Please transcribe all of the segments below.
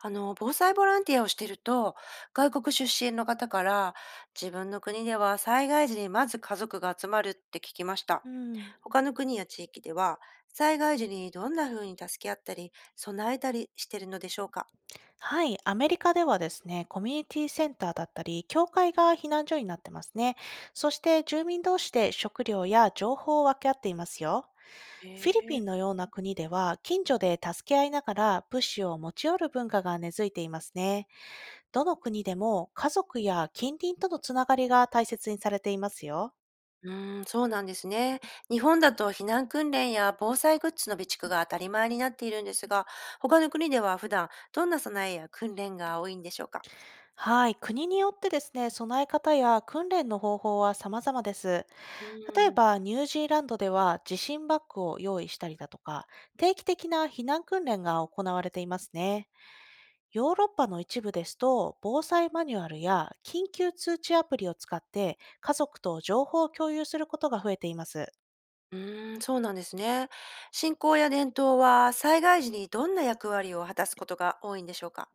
防災ボランティアをしていると、外国出身の方から、自分の国では災害時にまず家族が集まるって聞きました。うん、他の国や地域では、災害時にどんな風に助け合ったり、備えたりしているのでしょうか？はい、アメリカではですね、コミュニティセンターだったり、教会が避難所になってますね。そして住民同士で食料や情報を分け合っていますよ。フィリピええ。ンのような国では、近所で助け合いながら物資を持ち寄る文化が根付いていますね。どの国でも家族や近隣とのつながりが大切にされていますよ。うーん、そうなんですね。日本だと避難訓練や防災グッズの備蓄が当たり前になっているんですが、他の国では普段どんな備えや訓練が多いんでしょうか？はい、国によってですね、備え方や訓練の方法は様々です。う例えーん。ば、ニュージーランドでは地震バッグを用意したりだとか、定期的な避難訓練が行われていますね。ヨーロッパの一部ですと、防災マニュアルや緊急通知アプリを使って家族と情報を共有することが増えています。うーん、そうなんですね。信仰や伝統は災害時にどんな役割を果たすことが多いんでしょうか？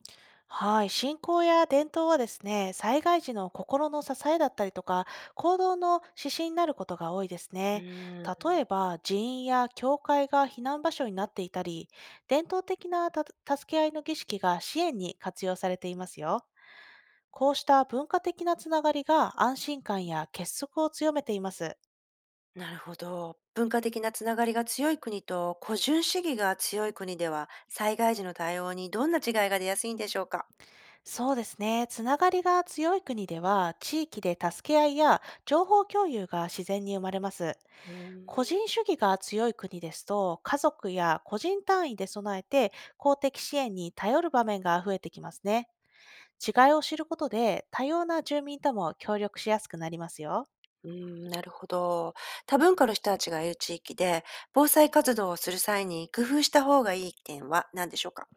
はい、信仰や伝統はですね、災害時の心の支えだったりとか、行動の指針になることが多いですうね。ーん、例えば、寺院や教会が避難場所になっていたり、伝統的な助け合いの儀式が支援に活用されていますよ。こうした文化的なつながりが安心感や結束を強めています。なるほど。文化的なつながりが強い国と個人主義が強い国では災害時の対応にどんな違いが出やすいんでしょうか？そうですね。つながりが強い国では、地域で助け合いや情報共有が自然に生まれます。うー個ん。人主義が強い国ですと、家族や個人単位で備えて、公的支援に頼る場面が増えてきますね。違いを知ることで多様な住民とも協力しやすくなりますよ。うーん、なるほど。多文化の人たちがいる地域で防災活動をする際に工夫した方がいい点は何でしょうか？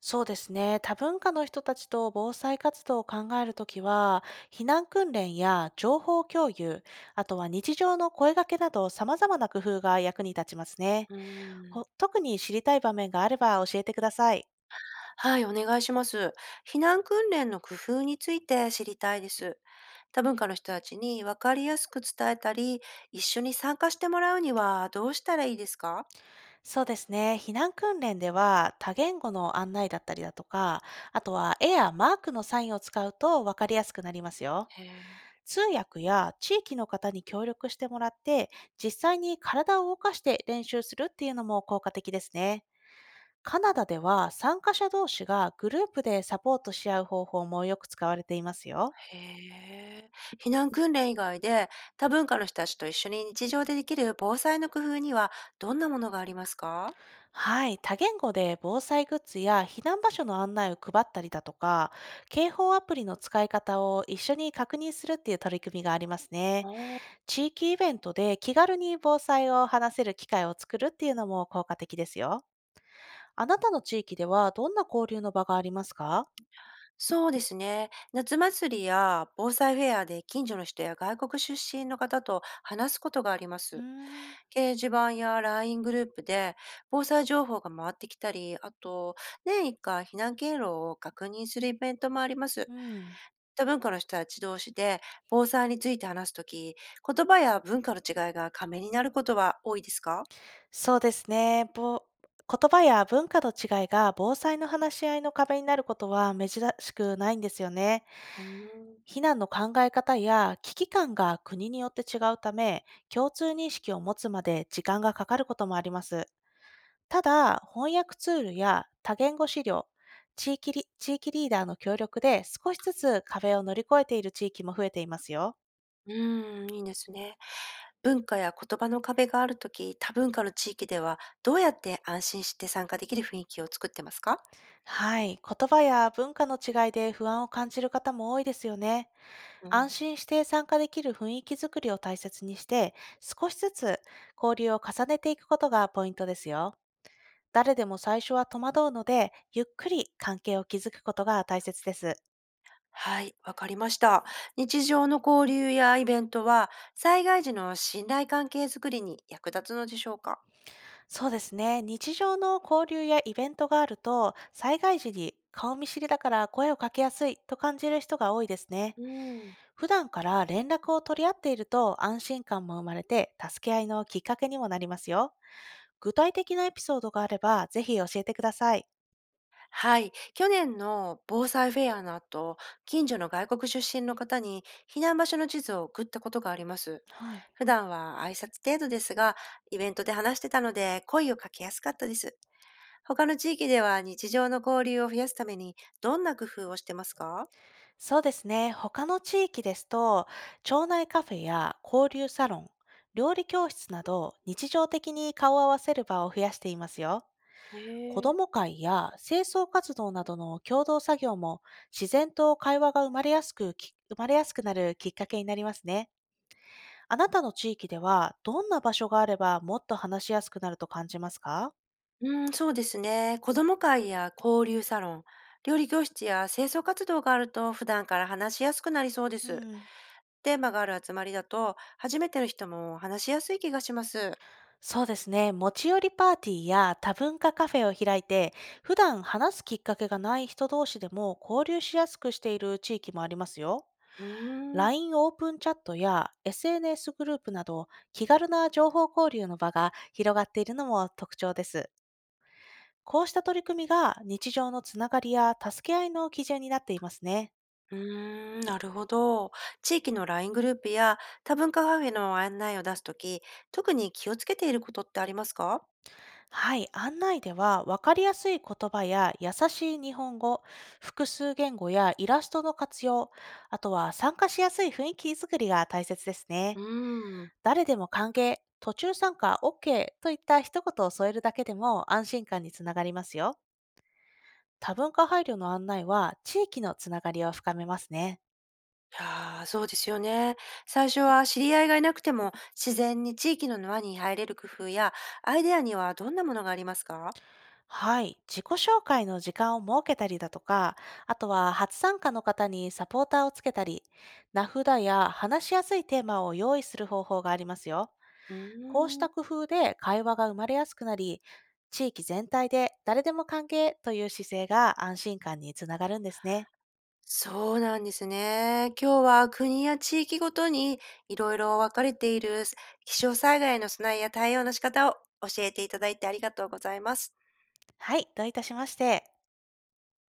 そうですね。多文化の人たちと防災活動を考えるときは、避難訓練や情報共有、あとは日常の声掛けなど様々な工夫が役に立ちますね。うーん。特に知りたい場面があれば教えてください。はい、お願いします。避難訓練の工夫について知りたいです。多文化の人たちに分かりやすく伝えたり、一緒に参加してもらうにはどうしたらいいですか？そうですね。避難訓練では多言語の案内だったりだとか、あとは絵やマークのサインを使うと分かりやすくなりますよ。へえ。通訳や地域の方に協力してもらって、実際に体を動かして練習するっていうのも効果的ですね。カナダでは参加者同士がグループでサポートし合う方法もよく使われていますよ。へえ。避難訓練以外で多文化の人たちと一緒に日常でできる防災の工夫にはどんなものがありますか？はい、多言語で防災グッズや避難場所の案内を配ったりだとか、警報アプリの使い方を一緒に確認するっていう取り組みがありますあね。あー。地域イベントで気軽に防災を話せる機会を作るっていうのも効果的ですよ。あなたの地域ではどんな交流の場がありますか？そうですね。夏祭りや防災フェアで近所の人や外国出身の方と話すことがありまうーす。ん、掲示板やライングループで防災情報が回ってきたり、あと年一回避難経路を確認するイベントもあります。うん、多文化の人たち同士で防災について話すとき、言葉や文化の違いが仮面になることは多いですか？そうですね。言葉や文化の違いが防災の話し合いの壁になることは珍しくないんですよね。うーん。避難の考え方や危機感が国によって違うため、共通認識を持つまで時間がかかることもあります。ただ、翻訳ツールや多言語資料、地域リーダーの協力で少しずつ壁を乗り越えている地域も増えていますよ。うーん、いいですね。文化や言葉の壁があるとき、多文化の地域ではどうやって安心して参加できる雰囲気を作ってますか？はい。言葉や文化の違いで不安を感じる方も多いですよね。うん。安心して参加できる雰囲気づくりを大切にして、少しずつ交流を重ねていくことがポイントですよ。誰でも最初は戸惑うので、ゆっくり関係を築くことが大切です。はい、わかりました。日常の交流やイベントは、災害時の信頼関係づくりに役立つのでしょうか？そうですね。日常の交流やイベントがあると、災害時に顔見知りだから声をかけやすいと感じる人が多いですね。うん。普段から連絡を取り合っていると安心感も生まれて、助け合いのきっかけにもなりますよ。具体的なエピソードがあれば、ぜひ教えてください。はい、去年の防災フェアの後、近所の外国出身の方に避難場所の地図を送ったことがあります。はい。普段は挨拶程度ですが、イベントで話してたので声をかけやすかったです。他の地域では日常の交流を増やすためにどんな工夫をしてますか？そうですね。他の地域ですと、町内カフェや交流サロン、料理教室など、日常的に顔を合わせる場を増やしていますよ。へ子どもえ。会や清掃活動などの共同作業も、自然と会話が生まれやすく生まれやすくなるきっかけになりますね。あなたの地域では、どんな場所があればもっと話しやすくなると感じますか？うーん、そうですね。子ども会や交流サロン、料理教室や清掃活動があると普段から話しやすくなりそうでうす。ん。テーマがある集まりだと初めての人も話しやすい気がします。そうですね。持ち寄りパーティーや多文化カフェを開いて、普段話すきっかけがない人同士でも交流しやすくしている地域もありますよ。うーん。LINE オープンチャットや SNS グループなど気軽な情報交流の場が広がっているのも特徴です。こうした取り組みが日常のつながりや助け合いの基準になっていますね。うーん、なるほど。地域の LINE グループや多文化カフェの案内を出すとき、特に気をつけていることってありますか？はい、案内では分かりやすい言葉や優しい日本語、複数言語やイラストの活用、あとは参加しやすい雰囲気作りが大切ですうね。ーん。誰でも歓迎、途中参加 OK といった一言を添えるだけでも安心感につながりますよ。多文化配慮の案内は地域のつながりを深めますね。ああ、そうですよね。最初は知り合いがいなくても自然に地域の輪に入れる工夫やアイデアにはどんなものがありますか？はい。自己紹介の時間を設けたりだとか、あとは初参加の方にサポーターをつけたり、名札や話しやすいテーマを用意する方法がありますよ。うこうしーん。た工夫で会話が生まれやすくなり、地域全体で誰でも歓迎という姿勢が安心感につながるんですね。そうなんですね。今日は国や地域ごとにいろいろ分かれている気象災害の備えや対応の仕方を教えていただいてありがとうございます。はい。どういたしまして。